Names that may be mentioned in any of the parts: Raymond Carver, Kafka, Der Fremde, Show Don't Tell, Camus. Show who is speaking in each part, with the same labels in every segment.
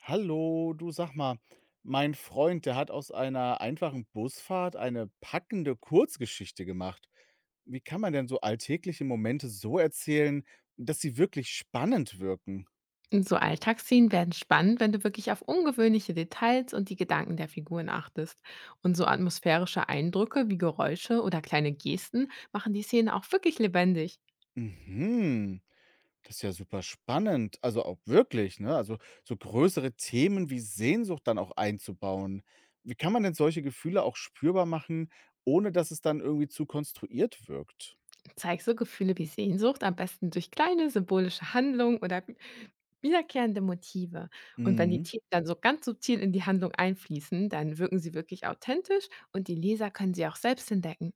Speaker 1: Hallo, du sag mal, mein Freund, der hat aus einer einfachen Busfahrt eine packende Kurzgeschichte gemacht. Wie kann man denn so alltägliche Momente so erzählen, dass sie wirklich spannend wirken?
Speaker 2: Und so Alltagsszenen werden spannend, wenn du wirklich auf ungewöhnliche Details und die Gedanken der Figuren achtest. Und so atmosphärische Eindrücke wie Geräusche oder kleine Gesten machen die Szenen auch wirklich lebendig.
Speaker 1: Mhm, das ist ja super spannend. Also auch wirklich, ne? Also so größere Themen wie Sehnsucht dann auch einzubauen. Wie kann man denn solche Gefühle auch spürbar machen, ohne dass es dann irgendwie zu konstruiert wirkt?
Speaker 2: Zeig so Gefühle wie Sehnsucht am besten durch kleine symbolische Handlungen oder wiederkehrende Motive. Und wenn die
Speaker 1: Mhm.
Speaker 2: Themen dann so ganz subtil in die Handlung einfließen, dann wirken sie wirklich authentisch und die Leser können sie auch selbst entdecken.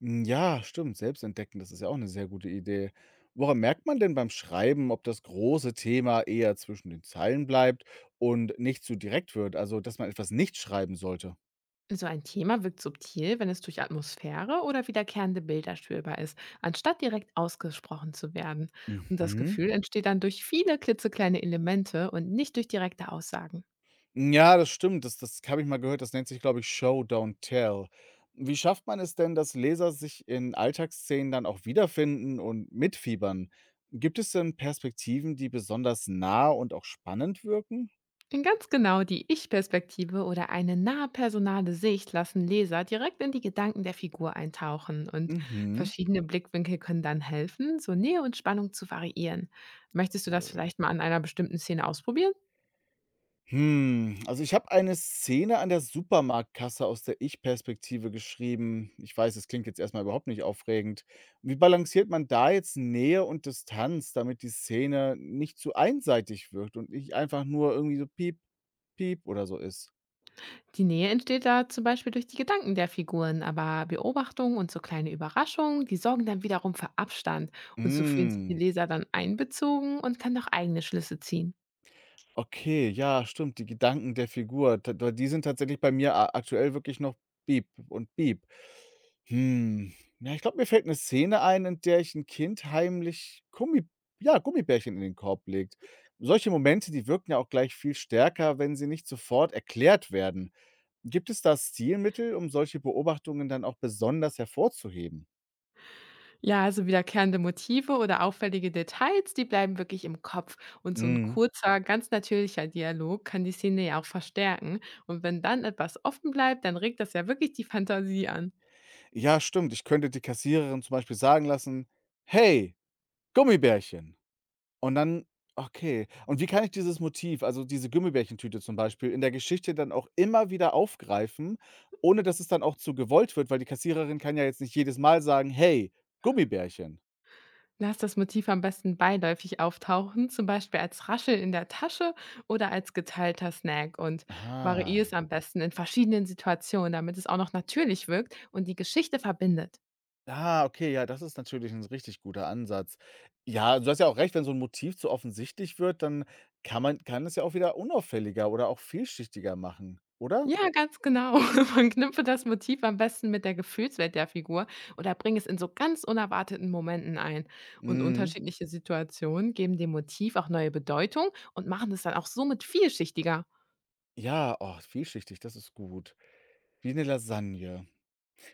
Speaker 1: Hm, ja, stimmt, Selbstentdecken, das ist ja auch eine sehr gute Idee. Woran merkt man denn beim Schreiben, ob das große Thema eher zwischen den Zeilen bleibt und nicht zu direkt wird, also, dass man etwas nicht schreiben sollte?
Speaker 2: So ein Thema wirkt subtil, wenn es durch Atmosphäre oder wiederkehrende Bilder spürbar ist, anstatt direkt ausgesprochen zu werden. Und das
Speaker 1: Mhm.
Speaker 2: Gefühl entsteht dann durch viele klitzekleine Elemente und nicht durch direkte Aussagen.
Speaker 1: Ja, das stimmt, das habe ich mal gehört, das nennt sich, glaube ich, Show Don't Tell. Wie schafft man es denn, dass Leser sich in Alltagsszenen dann auch wiederfinden und mitfiebern? Gibt es denn Perspektiven, die besonders nah und auch spannend wirken?
Speaker 2: Denn ganz genau, die Ich-Perspektive oder eine nahe personale Sicht lassen Leser direkt in die Gedanken der Figur eintauchen, und
Speaker 1: Mhm.
Speaker 2: verschiedene Blickwinkel können dann helfen, so Nähe und Spannung zu variieren. Möchtest du das
Speaker 1: Cool.
Speaker 2: vielleicht mal an einer bestimmten Szene ausprobieren?
Speaker 1: Hm, also ich habe eine Szene an der Supermarktkasse aus der Ich-Perspektive geschrieben. Ich weiß, es klingt jetzt erstmal überhaupt nicht aufregend. Wie balanciert man da jetzt Nähe und Distanz, damit die Szene nicht zu einseitig wirkt und nicht einfach nur irgendwie so piep, piep oder so ist?
Speaker 2: Die Nähe entsteht da zum Beispiel durch die Gedanken der Figuren, aber Beobachtungen und so kleine Überraschungen, die sorgen dann wiederum für Abstand, und so fühlen sich die
Speaker 1: Hm.
Speaker 2: Leser dann einbezogen und können auch eigene Schlüsse ziehen.
Speaker 1: Okay, ja, stimmt, die Gedanken der Figur, d d die sind tatsächlich bei mir a aktuell wirklich noch Beep und Beep. Hm, ja, ich glaube, mir fällt eine Szene ein, in der ich ein Kind heimlich Gummi ja, Gummibärchen in den Korb legt. Solche Momente, die wirken ja auch gleich viel stärker, wenn sie nicht sofort erklärt werden. Gibt es da Stilmittel, um solche Beobachtungen dann auch besonders hervorzuheben?
Speaker 2: Ja, also wiederkehrende Motive oder auffällige Details, die bleiben wirklich im Kopf, und so ein
Speaker 1: Mhm.
Speaker 2: kurzer, ganz natürlicher Dialog kann die Szene ja auch verstärken, und wenn dann etwas offen bleibt, dann regt das ja wirklich die Fantasie an.
Speaker 1: Ja, stimmt. Ich könnte die Kassiererin zum Beispiel sagen lassen: „Hey, Gummibärchen!“ Und dann okay. Und wie kann ich dieses Motiv, also diese Gummibärchentüte zum Beispiel, in der Geschichte dann auch immer wieder aufgreifen, ohne dass es dann auch zu gewollt wird, weil die Kassiererin kann ja jetzt nicht jedes Mal sagen: „Hey, Gummibärchen.“
Speaker 2: Lass das Motiv am besten beiläufig auftauchen, zum Beispiel als Rascheln in der Tasche oder als geteilter Snack, und variier es
Speaker 1: Ah.
Speaker 2: am besten in verschiedenen Situationen, damit es auch noch natürlich wirkt und die Geschichte verbindet.
Speaker 1: Ah, okay, ja, das ist natürlich ein richtig guter Ansatz. Ja, du hast ja auch recht, wenn so 'n Motiv zu offensichtlich wird, dann kann es ja auch wieder unauffälliger oder auch vielschichtiger machen, oder?
Speaker 2: Ja, ganz genau. Man Verknüpfe das Motiv am besten mit der Gefühlswelt der Figur oder bring es in so ganz unerwarteten Momenten ein. Und
Speaker 1: Mhm.
Speaker 2: unterschiedliche Situationen geben dem Motiv auch neue Bedeutung und machen es dann auch somit vielschichtiger.
Speaker 1: Ja, oh, vielschichtig, das ist gut. Wie 'ne Lasagne.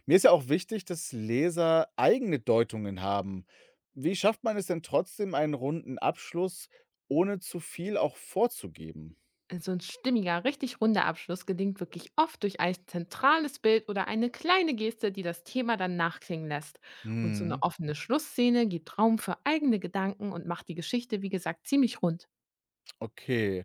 Speaker 1: Mir ist ja auch wichtig, dass Leser eigene Deutungen haben. Wie schafft man es denn trotzdem, einen runden Abschluss, ohne zu viel auch vorzugeben?
Speaker 2: So ein stimmiger, richtig runder Abschluss gelingt wirklich oft durch ein zentrales Bild oder eine kleine Geste, die das Thema dann nachklingen lässt. Und so eine
Speaker 1: Mhm,
Speaker 2: offene Schlussszene gibt Raum für eigene Gedanken und macht die Geschichte, wie gesagt, ziemlich rund.
Speaker 1: okay.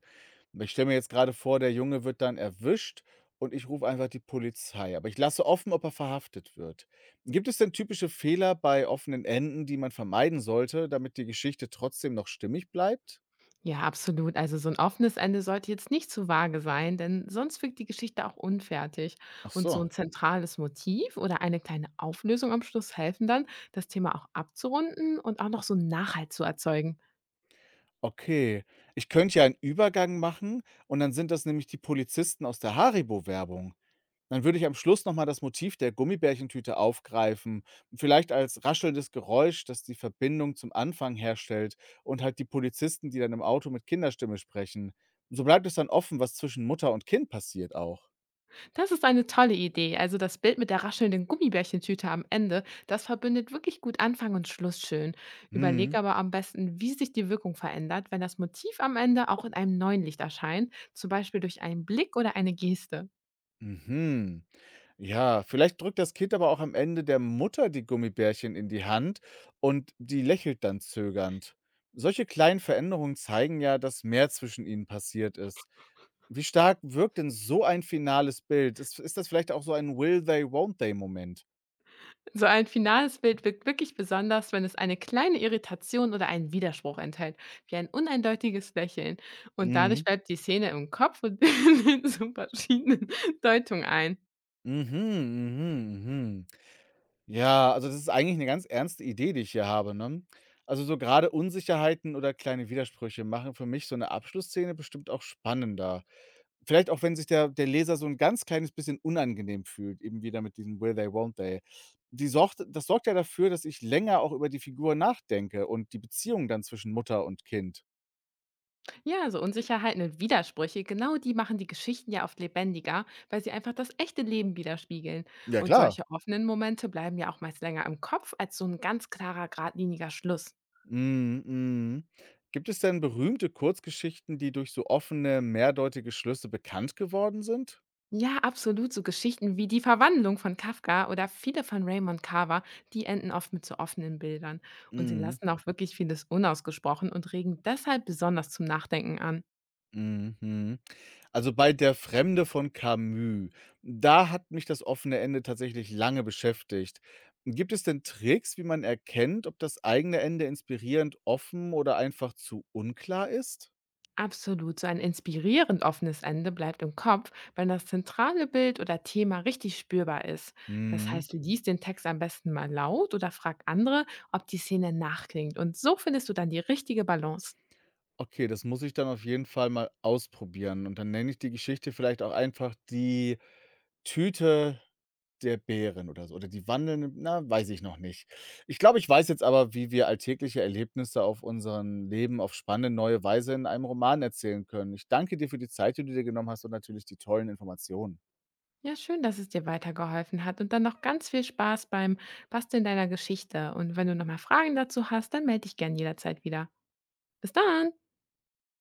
Speaker 1: Ich stelle mir jetzt gerade vor, der Junge wird dann erwischt und ich rufe einfach die Polizei. Aber ich lasse offen, ob er verhaftet wird. Gibt es denn typische Fehler bei offenen Enden, die man vermeiden sollte, damit die Geschichte trotzdem noch stimmig bleibt?
Speaker 2: Ja, absolut. Also so ein offenes Ende sollte jetzt nicht zu vage sein, denn sonst wirkt die Geschichte auch unfertig.
Speaker 1: Ach
Speaker 2: Und so
Speaker 1: so.
Speaker 2: ein zentrales Motiv oder eine kleine Auflösung am Schluss helfen dann, das Thema auch abzurunden und auch noch so einen Nachhalt zu erzeugen.
Speaker 1: Okay. Ich könnte ja einen Übergang machen und dann sind das nämlich die Polizisten aus der Haribo-Werbung. Dann würde ich am Schluss noch mal das Motiv der Gummibärchentüte aufgreifen, vielleicht als raschelndes Geräusch, das die Verbindung zum Anfang herstellt und halt die Polizisten, die dann im Auto mit Kinderstimme sprechen. So bleibt es dann offen, was zwischen Mutter und Kind passiert auch.
Speaker 2: Das ist eine tolle Idee. Also das Bild mit der raschelnden Gummibärchentüte am Ende, das verbindet wirklich gut Anfang und Schluss schön. Überleg
Speaker 1: Mhm.
Speaker 2: aber am besten, wie sich die Wirkung verändert, wenn das Motiv am Ende auch in einem neuen Licht erscheint, zum Beispiel durch einen Blick oder eine Geste.
Speaker 1: Mhm. Ja, vielleicht drückt das Kind aber auch am Ende der Mutter die Gummibärchen in die Hand und die lächelt dann zögernd. Solche kleinen Veränderungen zeigen ja, dass mehr zwischen ihnen passiert ist. Wie stark wirkt denn so ein finales Bild? Ist das vielleicht auch so ein Will they, won't they Moment?
Speaker 2: So ein finales Bild wirkt wirklich besonders, wenn es eine kleine Irritation oder einen Widerspruch enthält, wie ein uneindeutiges Lächeln. Und dadurch
Speaker 1: Mhm.
Speaker 2: bleibt die Szene im Kopf und in den so verschiedenen Deutungen ein.
Speaker 1: Mhm, mhm, mhm. Ja, also das ist eigentlich eine ganz ernste Idee, die ich hier habe, ne? Also, so gerade Unsicherheiten oder kleine Widersprüche machen für mich so eine Abschlussszene bestimmt auch spannender. Vielleicht auch, wenn sich der Leser so ein ganz kleines bisschen unangenehm fühlt, eben wieder mit diesem „Will they, won't they?“ Die sorgt Das sorgt ja dafür, dass ich länger auch über die Figur nachdenke und die Beziehung dann zwischen Mutter und Kind.
Speaker 2: Ja, also Unsicherheiten und Widersprüche, genau die machen die Geschichten ja oft lebendiger, weil sie einfach das echte Leben widerspiegeln.
Speaker 1: Ja
Speaker 2: Und
Speaker 1: klar.
Speaker 2: solche offenen Momente bleiben ja auch meist länger im Kopf als so ein ganz klarer, geradliniger Schluss.
Speaker 1: Mhm, mhm. Gibt es denn berühmte Kurzgeschichten, die durch so offene, mehrdeutige Schlüsse bekannt geworden sind?
Speaker 2: Ja, absolut. So Geschichten wie die Verwandlung von Kafka oder viele von Raymond Carver, die enden oft mit so offenen Bildern. Und sie
Speaker 1: Mhm.
Speaker 2: lassen auch wirklich vieles unausgesprochen und regen deshalb besonders zum Nachdenken an.
Speaker 1: Mhm. Also, bei „Der Fremde“ von Camus, da hat mich das offene Ende tatsächlich lange beschäftigt. Gibt es denn Tricks, wie man erkennt, ob das eigene Ende inspirierend, offen oder einfach zu unklar ist?
Speaker 2: Absolut, so ein inspirierend offenes Ende bleibt im Kopf, wenn das zentrale Bild oder Thema richtig spürbar ist. Das
Speaker 1: Mhm.
Speaker 2: heißt, lies den Text am besten mal laut oder frag andere, ob die Szene nachklingt. Und so findest du dann die richtige Balance.
Speaker 1: Okay, das muss ich dann auf jeden Fall mal ausprobieren und dann nenne ich die Geschichte vielleicht auch einfach „Die Tüte Der Bären“ oder so oder die wandelnde na, weiß ich noch nicht. Ich glaube, ich weiß jetzt aber, wie wir alltägliche Erlebnisse auf unseren Leben auf spannende neue Weise in einem Roman erzählen können. Ich danke dir für die Zeit, die du dir genommen hast und natürlich die tollen Informationen.
Speaker 2: Ja, schön, dass es dir weitergeholfen hat, und dann noch ganz viel Spaß beim Basteln deiner Geschichte. Und wenn du nochmal Fragen dazu hast, dann melde dich gern jederzeit wieder. Bis dann!